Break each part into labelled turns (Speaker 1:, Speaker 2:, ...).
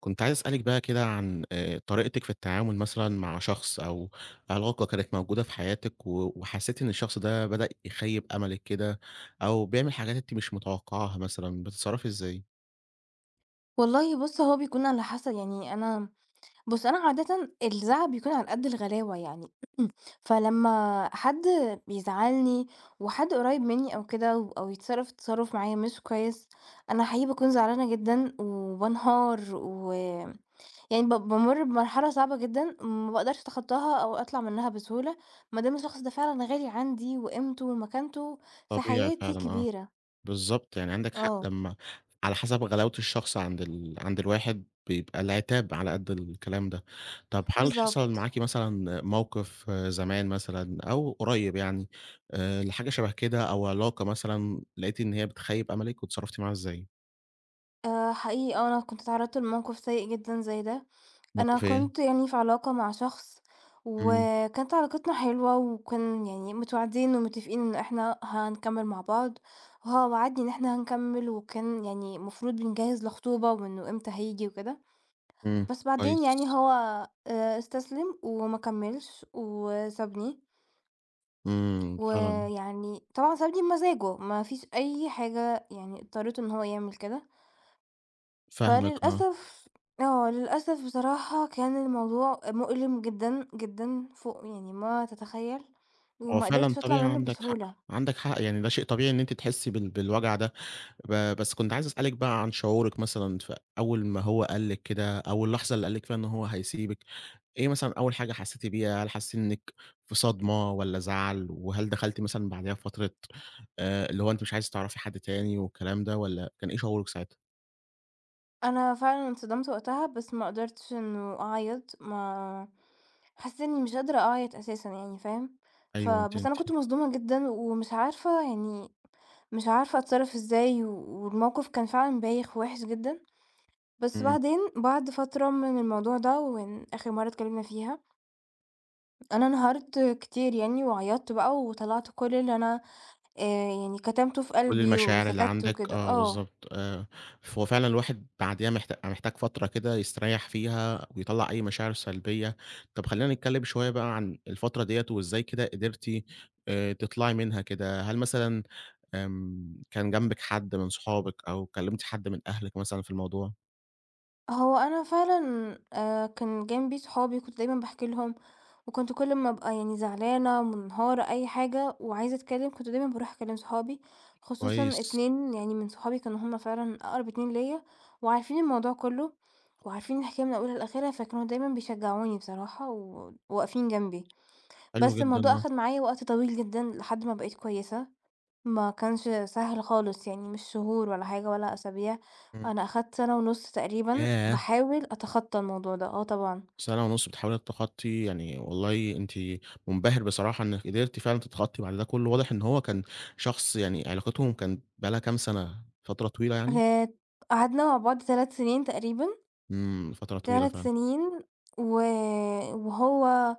Speaker 1: كنت عايز أسألِك بقى كده عن طريقتِك في التعامل مثلًا مع شخص أو علاقة كانت موجودة في حياتِك و وحسيتِ إن الشخص ده بدأ يخيّب أملِك كده أو بيعمل حاجات أنتِ مش متوقعاها مثلًا، بتتصرّفي إزاي؟
Speaker 2: والله بُص، هو بيكون على حسب يعني أنا بُص، أنا عادةً الزعل بيكون على قد الغلاوة يعني، فلمّا حد بيزعّلني وحد قريّب منّي أو كده أو يتصرّف تصرُّف معايا مش كويس، أنا حقيقي باكون زعلانة جدًا وبانهار و يعني بامُر بمرحلة صعبة جدًا ما باقدرش أتخطّاها أو أطلع منّها بسهولة ما دام الشخص ده فعلًا غالي عندي وقيمته ومكانته في
Speaker 1: طبيعي
Speaker 2: حياتي
Speaker 1: فعلًا، آه.
Speaker 2: كبيرة.
Speaker 1: بالضبط، يعني عندك حق
Speaker 2: آه،
Speaker 1: لمّا على حسب غلاوة الشخص عند الواحد بيبقى العتاب على قد الكلام ده. طب هل حصل
Speaker 2: بالضبط.
Speaker 1: معاكِ مثلًا موقف آه، زمان مثلًا أو قريب يعني لحاجة شبه كده أو علاقة مثلًا لقيتِ إن هي بتخيّب أملِك واتصرّفتِ معاها إزاي؟
Speaker 2: حقيقي آه، أنا كنت اتعرّضت لموقف سيء جدًا زي ده، أنا
Speaker 1: موقف إيه؟
Speaker 2: كنت يعني في علاقة مع شخص،
Speaker 1: إمم،
Speaker 2: وكانت علاقتنا حلوة وكان يعني متوعدين ومتفقين إن إحنا هنكمّل مع بعض، وهو وعدني إن إحنا هنكمّل وكان يعني المفروض بنجهّز لخطوبة وإنه إمتى هييجي وكده،
Speaker 1: إمم،
Speaker 2: بس بعدين يعني
Speaker 1: كويس.
Speaker 2: هو استسلم وما كمّلش وسابني،
Speaker 1: إمم، فعلًا
Speaker 2: ويعني طبعًا سابني بمزاجه ما فيش أي حاجة يعني اضطرّته إن هو يعمل كده.
Speaker 1: فاهمِك آه.
Speaker 2: فللأسف آه، للأسف بصراحة كان الموضوع مؤلم جدًا، جدًا فوق يعني ما تتخيّل،
Speaker 1: هو
Speaker 2: وما
Speaker 1: فعلًا
Speaker 2: قدرتش أطلع
Speaker 1: طبيعي
Speaker 2: منّه
Speaker 1: عندك حق،
Speaker 2: بسهولة.
Speaker 1: عندك حق، يعني ده شيء طبيعي إن أنتِ تحسّي بالوجع ده. بس كنت عايز أسألِك بقى عن شعورِك مثلًا في أول ما هو قال لِك كده، أو اللحظة اللي قال لِك فيها إن هو هيسيبِك، إيه مثلًا أول حاجة حسيتِ بيها؟ هل حسيتِ إنِك في صدمة والّا زعل؟ وهل دخلتِ مثلًا بعديها في فترة اللي هو أنتِ مش عايزة تعرفي حد تاني والكلام ده والّا كان إيه شعورِك ساعتها؟
Speaker 2: أنا فعلًا انصدمت وقتها، بس ما قدرتش إنه أعيّط، ما حسّيت إنّي مش قادرة أعيّط أساسًا يعني فاهم،
Speaker 1: أيوه، أنتِ
Speaker 2: بس أنا
Speaker 1: أنتِ
Speaker 2: كنت مصدومة جدًا ومش عارفة يعني مش عارفة أتصرّف إزاي، والموقف كان فعلًا بايخ ووحِش جدًا، بس
Speaker 1: إمم.
Speaker 2: بعدين بعد فترة من الموضوع ده ومن آخر مرّة اتكلّمنا فيها أنا انهارت كتير يعني وعيطت بقى وطلعت كل اللي أنا آآ يعني كتمته في
Speaker 1: كل
Speaker 2: قلبي
Speaker 1: المشاعر اللي
Speaker 2: وسكت
Speaker 1: عندك
Speaker 2: وكده،
Speaker 1: آه،
Speaker 2: آه.
Speaker 1: بالضبط آه، هو فعلًا الواحد بعديها محتاج فترة كده يستريّح فيها ويطلّع أي مشاعر سلبية. طب خلّينا نتكلّم شوية بقى عن الفترة ديّة وإزاي كده قدرتِ تطلعي منها كده، هل مثلًا كان جنبِك حد من صحابِك أو كلّمتِ حد من أهلِك مثلًا في الموضوع؟
Speaker 2: هو أنا فعلًا كان جنبي صحابي كنت دايمًا باحكي لهم، وكنت كل ما أبقى يعني زعلانة، منهارة، أي حاجة وعايزة أتكلم كنت دايمًا باروح أكلم صحابي، خصوصًا
Speaker 1: كويس،
Speaker 2: 2 يعني من صحابي كانوا هم فعلًا أقرب 2 ليّا وعارفين الموضوع كله، وعارفين الحكاية من أولها لآخرها، فكانوا دايمًا بيشجعوني بصراحة و واقفين جنبي.
Speaker 1: حلو
Speaker 2: بس
Speaker 1: جدًا
Speaker 2: الموضوع
Speaker 1: آه،
Speaker 2: أخد معايا وقت طويل جدًا لحد ما بقيت كويسة، ما كانش سهل خالص يعني مش شهور ولا حاجة ولا أسابيع،
Speaker 1: إمم،
Speaker 2: أنا أخدت سنة ونُص تقريبًا
Speaker 1: ياه!
Speaker 2: باحاول أتخطى الموضوع ده، آه طبعًا،
Speaker 1: سنة ونُص بتحاولي تتخطّي يعني والله أنتِ مُنبهر بصراحة إنِّك قدرتِ فعلًا تتخطّي بعد ده كُلّه، واضح إن هو كان شخص يعني علاقتهم كانت بقى لها كام سنة، فترة طويلة يعني؟
Speaker 2: آآ قعدنا مع بعض 3 سنين تقريبًا،
Speaker 1: إمم، فترة طويلة
Speaker 2: 3
Speaker 1: فعلًا.
Speaker 2: سنين و وهو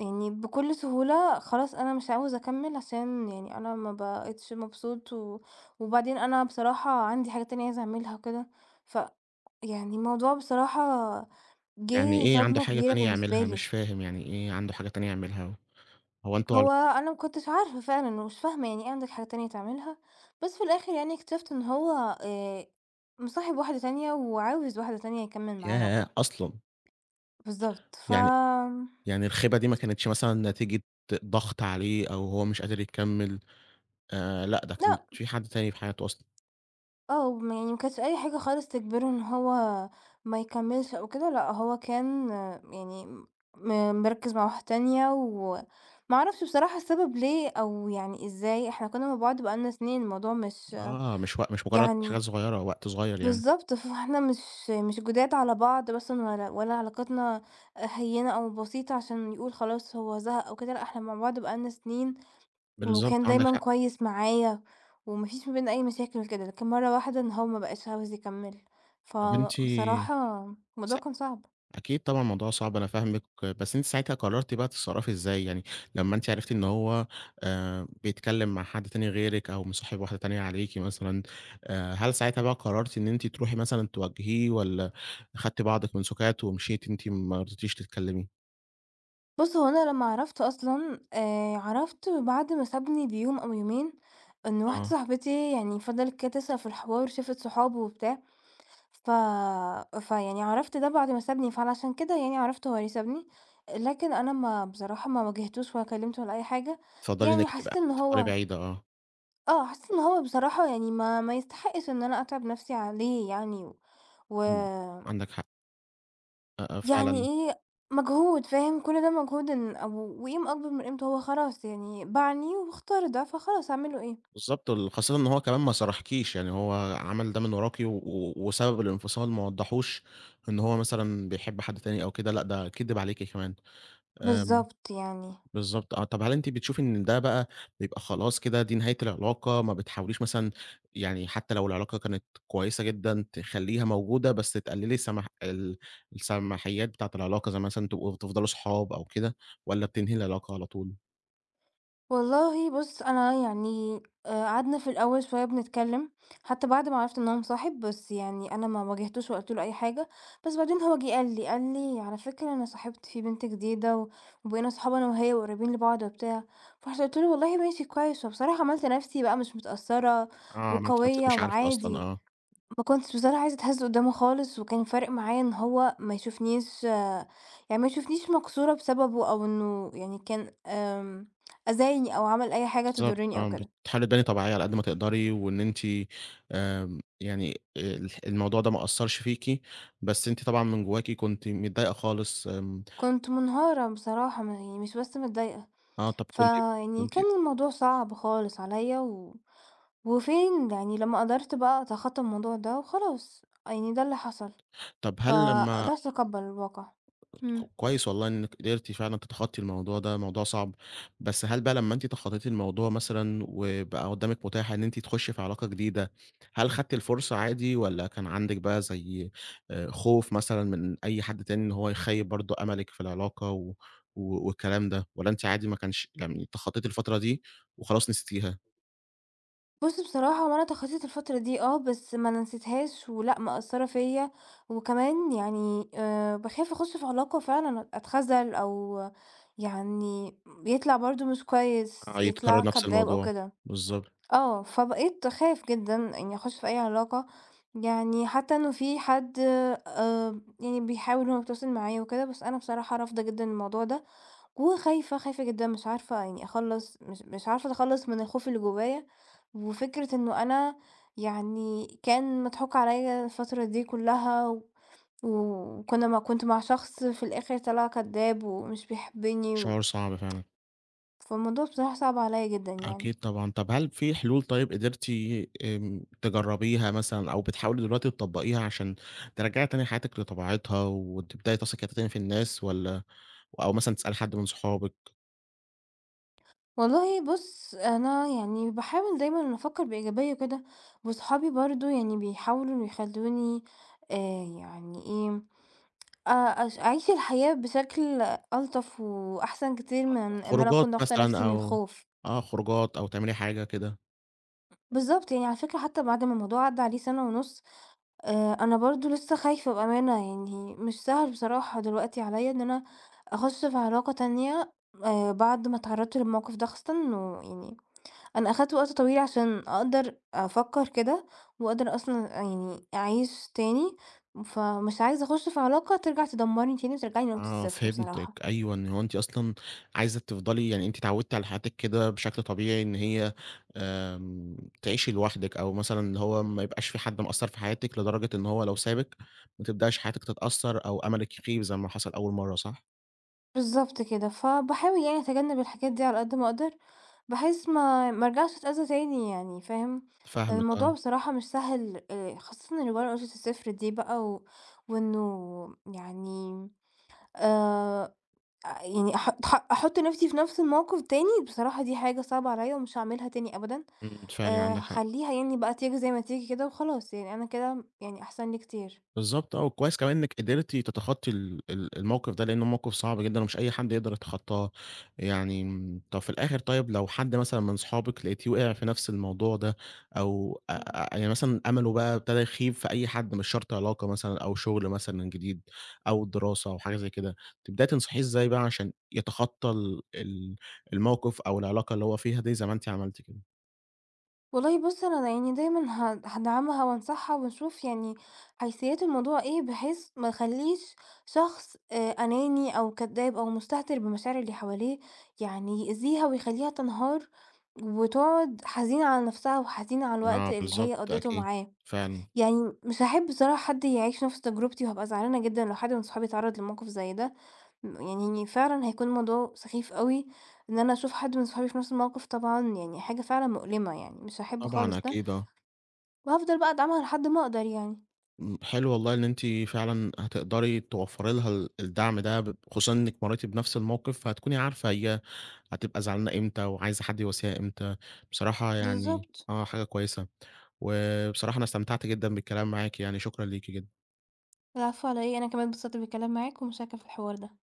Speaker 2: يعني بكل سهولة خلاص أنا مش عاوز أكمّل عشان يعني أنا ما بقيتش مبسوط وبعدين أنا بصراحة عندي حاجات تانية عايزة أعملها وكده، ف يعني الموضوع بصراحة
Speaker 1: يعني
Speaker 2: جه
Speaker 1: إيه عنده
Speaker 2: صدمة
Speaker 1: حاجة
Speaker 2: كبيرة
Speaker 1: تانية
Speaker 2: بالنسبة
Speaker 1: يعملها؟
Speaker 2: لي،
Speaker 1: مش فاهم يعني إيه عنده حاجة تانية يعملها؟ هو أنتم
Speaker 2: هو
Speaker 1: علاق
Speaker 2: أنا ما كنتش عارفة فعلًا ومش فاهمة يعني إيه عندك حاجة تانية تعملها، بس في الآخر يعني اكتشفت إن هو آآ، مصاحب واحدة تانية وعاوز واحدة تانية يكمّل معاها وكده،
Speaker 1: ياه! أصلًا،
Speaker 2: بالضبط
Speaker 1: يعني يعني الخيبة دي ما كانتش مثلًا نتيجة ضغط عليه أو هو مش قادر يكمّل، لأ ده كان
Speaker 2: لأ،
Speaker 1: في حد تاني في حياته أصلًا.
Speaker 2: آه، ما كانتش أي حاجة خالص تجبره إن هو ما يكمّلش أو كده، لأ هو كان آه، يعني مركّز مع واحدة تانية وما أعرفش بصراحة السبب ليه أو يعني إزاي، إحنا كنا مع بعض بقى لنا سنين الموضوع مش
Speaker 1: آه، مش مجرّد حاجات
Speaker 2: يعني
Speaker 1: صغيرة، وقت صغير يعني.
Speaker 2: بالضبط، فإحنا مش جداد على بعض مثلًا ولا علاقتنا هيّنة أو بسيطة عشان يقول خلاص هو زهق أو كده، لأ إحنا مع بعض بقى لنا سنين،
Speaker 1: بالضبط،
Speaker 2: وكان
Speaker 1: عندِك
Speaker 2: دايمًا
Speaker 1: حق.
Speaker 2: كويس معايا وما فيش ما بيننا أي مشاكل وكده، لكن مرّة واحدة إن هو ما بقاش عاوز يكمّل،
Speaker 1: طب أنتِ
Speaker 2: فبصراحة
Speaker 1: س
Speaker 2: الموضوع كان صعب.
Speaker 1: أكيد طبعًا الموضوع صعب أنا فاهمِك، بس أنتِ ساعتها قررتِ بقى تتصرّفي إزاي؟ يعني لمّا أنتِ عرفتِ إن هو بيتكلم مع حد تاني غيرِك أو مصاحب واحدة تانية عليكِ مثلًا، هل ساعتها بقى قررتِ إن أنتِ تروحي مثلًا تواجهيه والّا خدتِ بعضِك من سُكات ومشيتِ أنتِ ما رضيتيش تتكلمي؟
Speaker 2: بُص، هو أنا لمّا عرفت أصلًا عرفت بعد ما سابني بيوم أو يومين، إن واحدة
Speaker 1: آه،
Speaker 2: صاحبتي يعني فضلت كده تسأل في الحوار، شافت صحابه وبتاع، ف فيعني عرفت ده بعد ما سابني، فعلشان كده يعني عرفت هو ليه سابني، لكن أنا ما بصراحة ما واجهتوش ولا كلمته ولا أي حاجة،
Speaker 1: تفضّلي
Speaker 2: يعني
Speaker 1: إنِّك
Speaker 2: حسيت
Speaker 1: تبقى
Speaker 2: إن
Speaker 1: تفضلي
Speaker 2: هو
Speaker 1: بعيدة آه،
Speaker 2: آه، حسيت إن هو بصراحة يعني ما يستحقش إن أنا أتعب نفسي عليه يعني،
Speaker 1: إمم،
Speaker 2: و...
Speaker 1: عندك حق، آه، آه،
Speaker 2: يعني
Speaker 1: فعلًا.
Speaker 2: إيه مجهود فاهم؟ كل ده مجهود أو وقيمة أكبر من قيمته، هو خلاص يعني باعني واختار ده، فخلاص أعمل له إيه؟
Speaker 1: بالضبط، خاصةً إن هو كمان ما صارحكيش، يعني هو عمل ده من وراكِ و و وسبب الانفصال ما وضّحوش إن هو مثلًا بيحب حد تاني أو كده، لأ ده كدِب عليكِ كمان. آمم،
Speaker 2: بالضبط يعني.
Speaker 1: بالضبط آه، طَب هل أنتِ بتشوفي إن ده بقى بيبقى خلاص كده دي نهاية العلاقة، ما بتحاوليش مثلًا يعني حتى لو العلاقة كانت كويسة جدًا تخلّيها موجودة، بس تقللي سمح ال السماحيات بتاعة العلاقة، زي مثلًا تبقوا تفضلوا صحاب أو كده، والّا بتنهي العلاقة على طول؟
Speaker 2: والله بُص، أنا يعني قعدنا في الأول شوية بنتكلّم، حتى بعد ما عرفت إن هو مصاحب، بس يعني أنا ما واجهتوش وقُلت له أي حاجة، بس بعدين هو جِه قال لي، قال لي: "على فكرة أنا صاحبت في بنت جديدة وبقينا صحاب أنا وهي وقريبين لبعض وبتاع." فرُحت قُلت له: "والله ماشي كويس." فبصراحة عملت نَفْسي بقى مش متأثّرة
Speaker 1: آه، ما أنتِ نفسِك
Speaker 2: وقوية
Speaker 1: مش عارفة أصلًا،
Speaker 2: وعادي.
Speaker 1: آه.
Speaker 2: ما كنتش بصراحة عايزة أتهز قدّامه خالص، وكان فارق معايا إن هو ما يشوفنيش آه، يعني ما يشوفنيش مكسورة بسببه، أو إنه يعني كان أذاني أو عمل أي حاجة
Speaker 1: بالضبط
Speaker 2: تضرني أو
Speaker 1: آه،
Speaker 2: كده.
Speaker 1: بتحاولي تباني طبيعية على قد ما تقدري، وإن أنتِ آمم، يعني الموضوع ده ما أثّرش فيكِ، بس أنتِ طبعًا من جواكِ كنتِ متضايقة خالص، آمم،
Speaker 2: كنت منهارة بصراحة، يعني مش بس متضايقة،
Speaker 1: آه، طب كنتِ
Speaker 2: فيعني
Speaker 1: كنتِ
Speaker 2: كان الموضوع صعب خالص عليَّ، وفين يعني لمّا قدرت بقى أتخطى الموضوع ده وخلاص، يعني ده اللي حصل،
Speaker 1: طب هل لمّا
Speaker 2: فقدرت أتقبل الواقع.
Speaker 1: ك
Speaker 2: إمم.
Speaker 1: كويس والله إنِّك قدرتِ فعلًا تتخطّي الموضوع ده، موضوع صعب، بس هل بقى لمّا أنتِ تخطّيتِ الموضوع مثلًا وبقى قدّامِك متاح إن أنتِ تخشّي في علاقة جديدة، هل خدتِ الفرصة عادي والّا كان عندِك بقى زي خوف مثلًا من أي حد تاني إن هو يخيّب برضه أملِك في العلاقة و و والكلام ده، والّا أنتِ عادي ما كانش يعني تخطّيتِ الفترة دي وخلاص نسيتيها،
Speaker 2: بُص بصراحة هو أنا تخطيت الفترة دي آه، بس ما نسيتهاش ولأ مأثّرة فيّا، وكمان يعني باخاف أخُش في علاقة فعلًا أتخَذل أو يعني يطلع برضه مش كويس، يطلع
Speaker 1: هيتكرر نفس
Speaker 2: كدّاب أو
Speaker 1: الموضوع؟
Speaker 2: كده.
Speaker 1: بالضبط،
Speaker 2: آه، فبقيت أخاف جدًا إنّي أخُش في أي علاقة، يعني حتى إنه في حد يعني بيحاول إن هو يتواصل معايا وكده، بس أنا بصراحة رافضة جدًا الموضوع ده وخايفة، خايفة جدًا مش عارفة يعني أخلّص مش عارفة أتخلّص من الخوف اللي جوايا، وفكرة إنه أنا يعني كان مضحوك عليَّ الفترة دي كلّها وكنا كنت مع شخص في الآخر طلع كدّاب ومش بيحبني
Speaker 1: شعور صعب فعلًا.
Speaker 2: فالموضوع بصراحة صعب عليَّ جدًا
Speaker 1: أكيد
Speaker 2: يعني.
Speaker 1: طبعًا. طب هل في حلول طيب قدرتِ آمم، تجرّبيها مثلًا أو بتحاولي دلوقتي تطبّقيها عشان ترجّعي تاني حياتِك لطبيعتها وتبدئي تثقي تاني في الناس والّا أو مثلًا تسألي حد من صحابِك،
Speaker 2: والله بُص، أنا يعني باحاول دايمًا إن أفكّر بإيجابية كده، وصحابي برضه يعني بيحاولوا إنه يخلّوني آآ يعني إيه آآ أعيش الحياة بشكل ألطف وأحسن كتير من إن أنا
Speaker 1: خروجات
Speaker 2: أكون ضاغطة نفسي
Speaker 1: مثلًا
Speaker 2: من
Speaker 1: أو
Speaker 2: الخوف.
Speaker 1: آه، خروجات أو تعملي حاجة كده؟
Speaker 2: بالضبط، يعني على فكرة حتى بعد ما الموضوع عدّى عليه سَنة ونُص، أنا برضه لسه خايفة بأمانة، يعني مش سهل بصراحة دلوقتي عليّا إن أنا أخُش في علاقة تانية بعد ما اتعرّضت للموقف ده، خاصةً إنه يعني أنا أخدت وقت طويل عشان أقدر أفكّر كده وأقدر أصلًا يعني أعيش تاني، فمش عايزة أخُش في علاقة ترجع تدمّرني تاني وترجّعني لنقطة
Speaker 1: آه،
Speaker 2: الصفر
Speaker 1: فهمتِك،
Speaker 2: بصراحة.
Speaker 1: أيوه، إن هو أنتِ أصلًا عايزة تفضلي يعني أنتِ اتعودتِ على حياتِك كده بشكل طبيعي إن هي آمم، تعيشي لوحدِك أو مثلًا اللي هو ما يبقاش في حد مأثّر في حياتِك لدرجة إن هو لو سابِك ما تبدأش حياتِك تتأثّر أو أملِك يخيب زي ما حصل أول مرّة، صح؟
Speaker 2: بالضبط كده، فباحاول يعني أتجنب الحاجات دي على قد ما أقدر، بحيث ما أرجعش أتأذى تاني يعني فاهم، لأن
Speaker 1: فاهمِك آه،
Speaker 2: الموضوع بصراحة مش سهل خاصةً اللي ورا قشرة الصفر دي بقى وإنه يعني آآ، يعني أح أح أحط نفسي في نفس الموقف تاني بصراحة دي حاجة صعبة عليَّ ومش هاعملها تاني أبدًا،
Speaker 1: إمم، فعلًا عندِك حق.
Speaker 2: هاخليها يعني بقى تيجي زي ما تيجي كده وخلاص يعني أنا كده يعني أحسن لي كتير.
Speaker 1: بالضبط آه، وكويس كمان إنِّك قدرتِ تتخطّي ال ال الموقف ده، لإنه موقف صعب جدًا ومش أي حد يقدر يتخطّاه، يعني طب في الآخر طيب لو حد مثلًا من صحابِك لقيتيه وقع في نفس الموضوع ده أو أ
Speaker 2: إمم.
Speaker 1: أ يعني مثلًا أمله بقى ابتدى يخيب في أي حد مش شرط علاقة مثلًا أو شغل مثلًا جديد أو دراسة أو حاجة زي كده، تبدئي تنصحيه إزاي بقى عشان يتخطّى ال ال الموقف أو العلاقة اللي هو فيها دي زي ما أنتِ عملتِ كده؟
Speaker 2: والله بُص، أنا يعني دايمًا هادعمها وأنصحها ونشوف يعني حيثيات الموضوع إيه، بحيث ما أخلّيش شخص أناني أو كدّاب أو مستهتر بمشاعر اللي حواليه، يعني يأذيها ويخلّيها تنهار وتقعد حزينة على نَفْسها وحزينة على الوقت
Speaker 1: آه،
Speaker 2: اللي هي
Speaker 1: بالضبط
Speaker 2: قضّيته
Speaker 1: أكيد،
Speaker 2: معاه.
Speaker 1: فعلًا،
Speaker 2: يعني مش هاحب بصراحة حد يعيش نَفْس تجربتي وهابقى زعلانة جدًا لو حد من صحابي اتعرّض لموقِف زي ده. يعني فعلًا هيكون الموضوع سخيف أوي إن أنا أشوف حد من صحابي في نفس الموقف، طبعًا يعني حاجة فعلًا مؤلمة يعني، مش هاحب خالص
Speaker 1: طبعًا
Speaker 2: ده،
Speaker 1: أكيد، آه.
Speaker 2: وهافضل بقى أدعمها لحد ما أقدر يعني.
Speaker 1: إمم، حلو والله إن أنتِ فعلًا هتقدري توفّري لها الدعم ده خصوصًا إنِّك مرّيتِ بنفْس الموقِف، فهتكوني عارفة هي هتبقى زعلانة إمتى وعايزة حد يواسيها إمتى. بصراحة يعني
Speaker 2: بالضبط.
Speaker 1: آه، حاجة كويسة، وبصراحة أنا استمتعت جدًا بالكلام معاكِ يعني، شكرًا ليكِ جدًا.
Speaker 2: العفو على إيه، أنا كمان اتبسطت بالكلام معاك، ومشاركة في الحوار ده.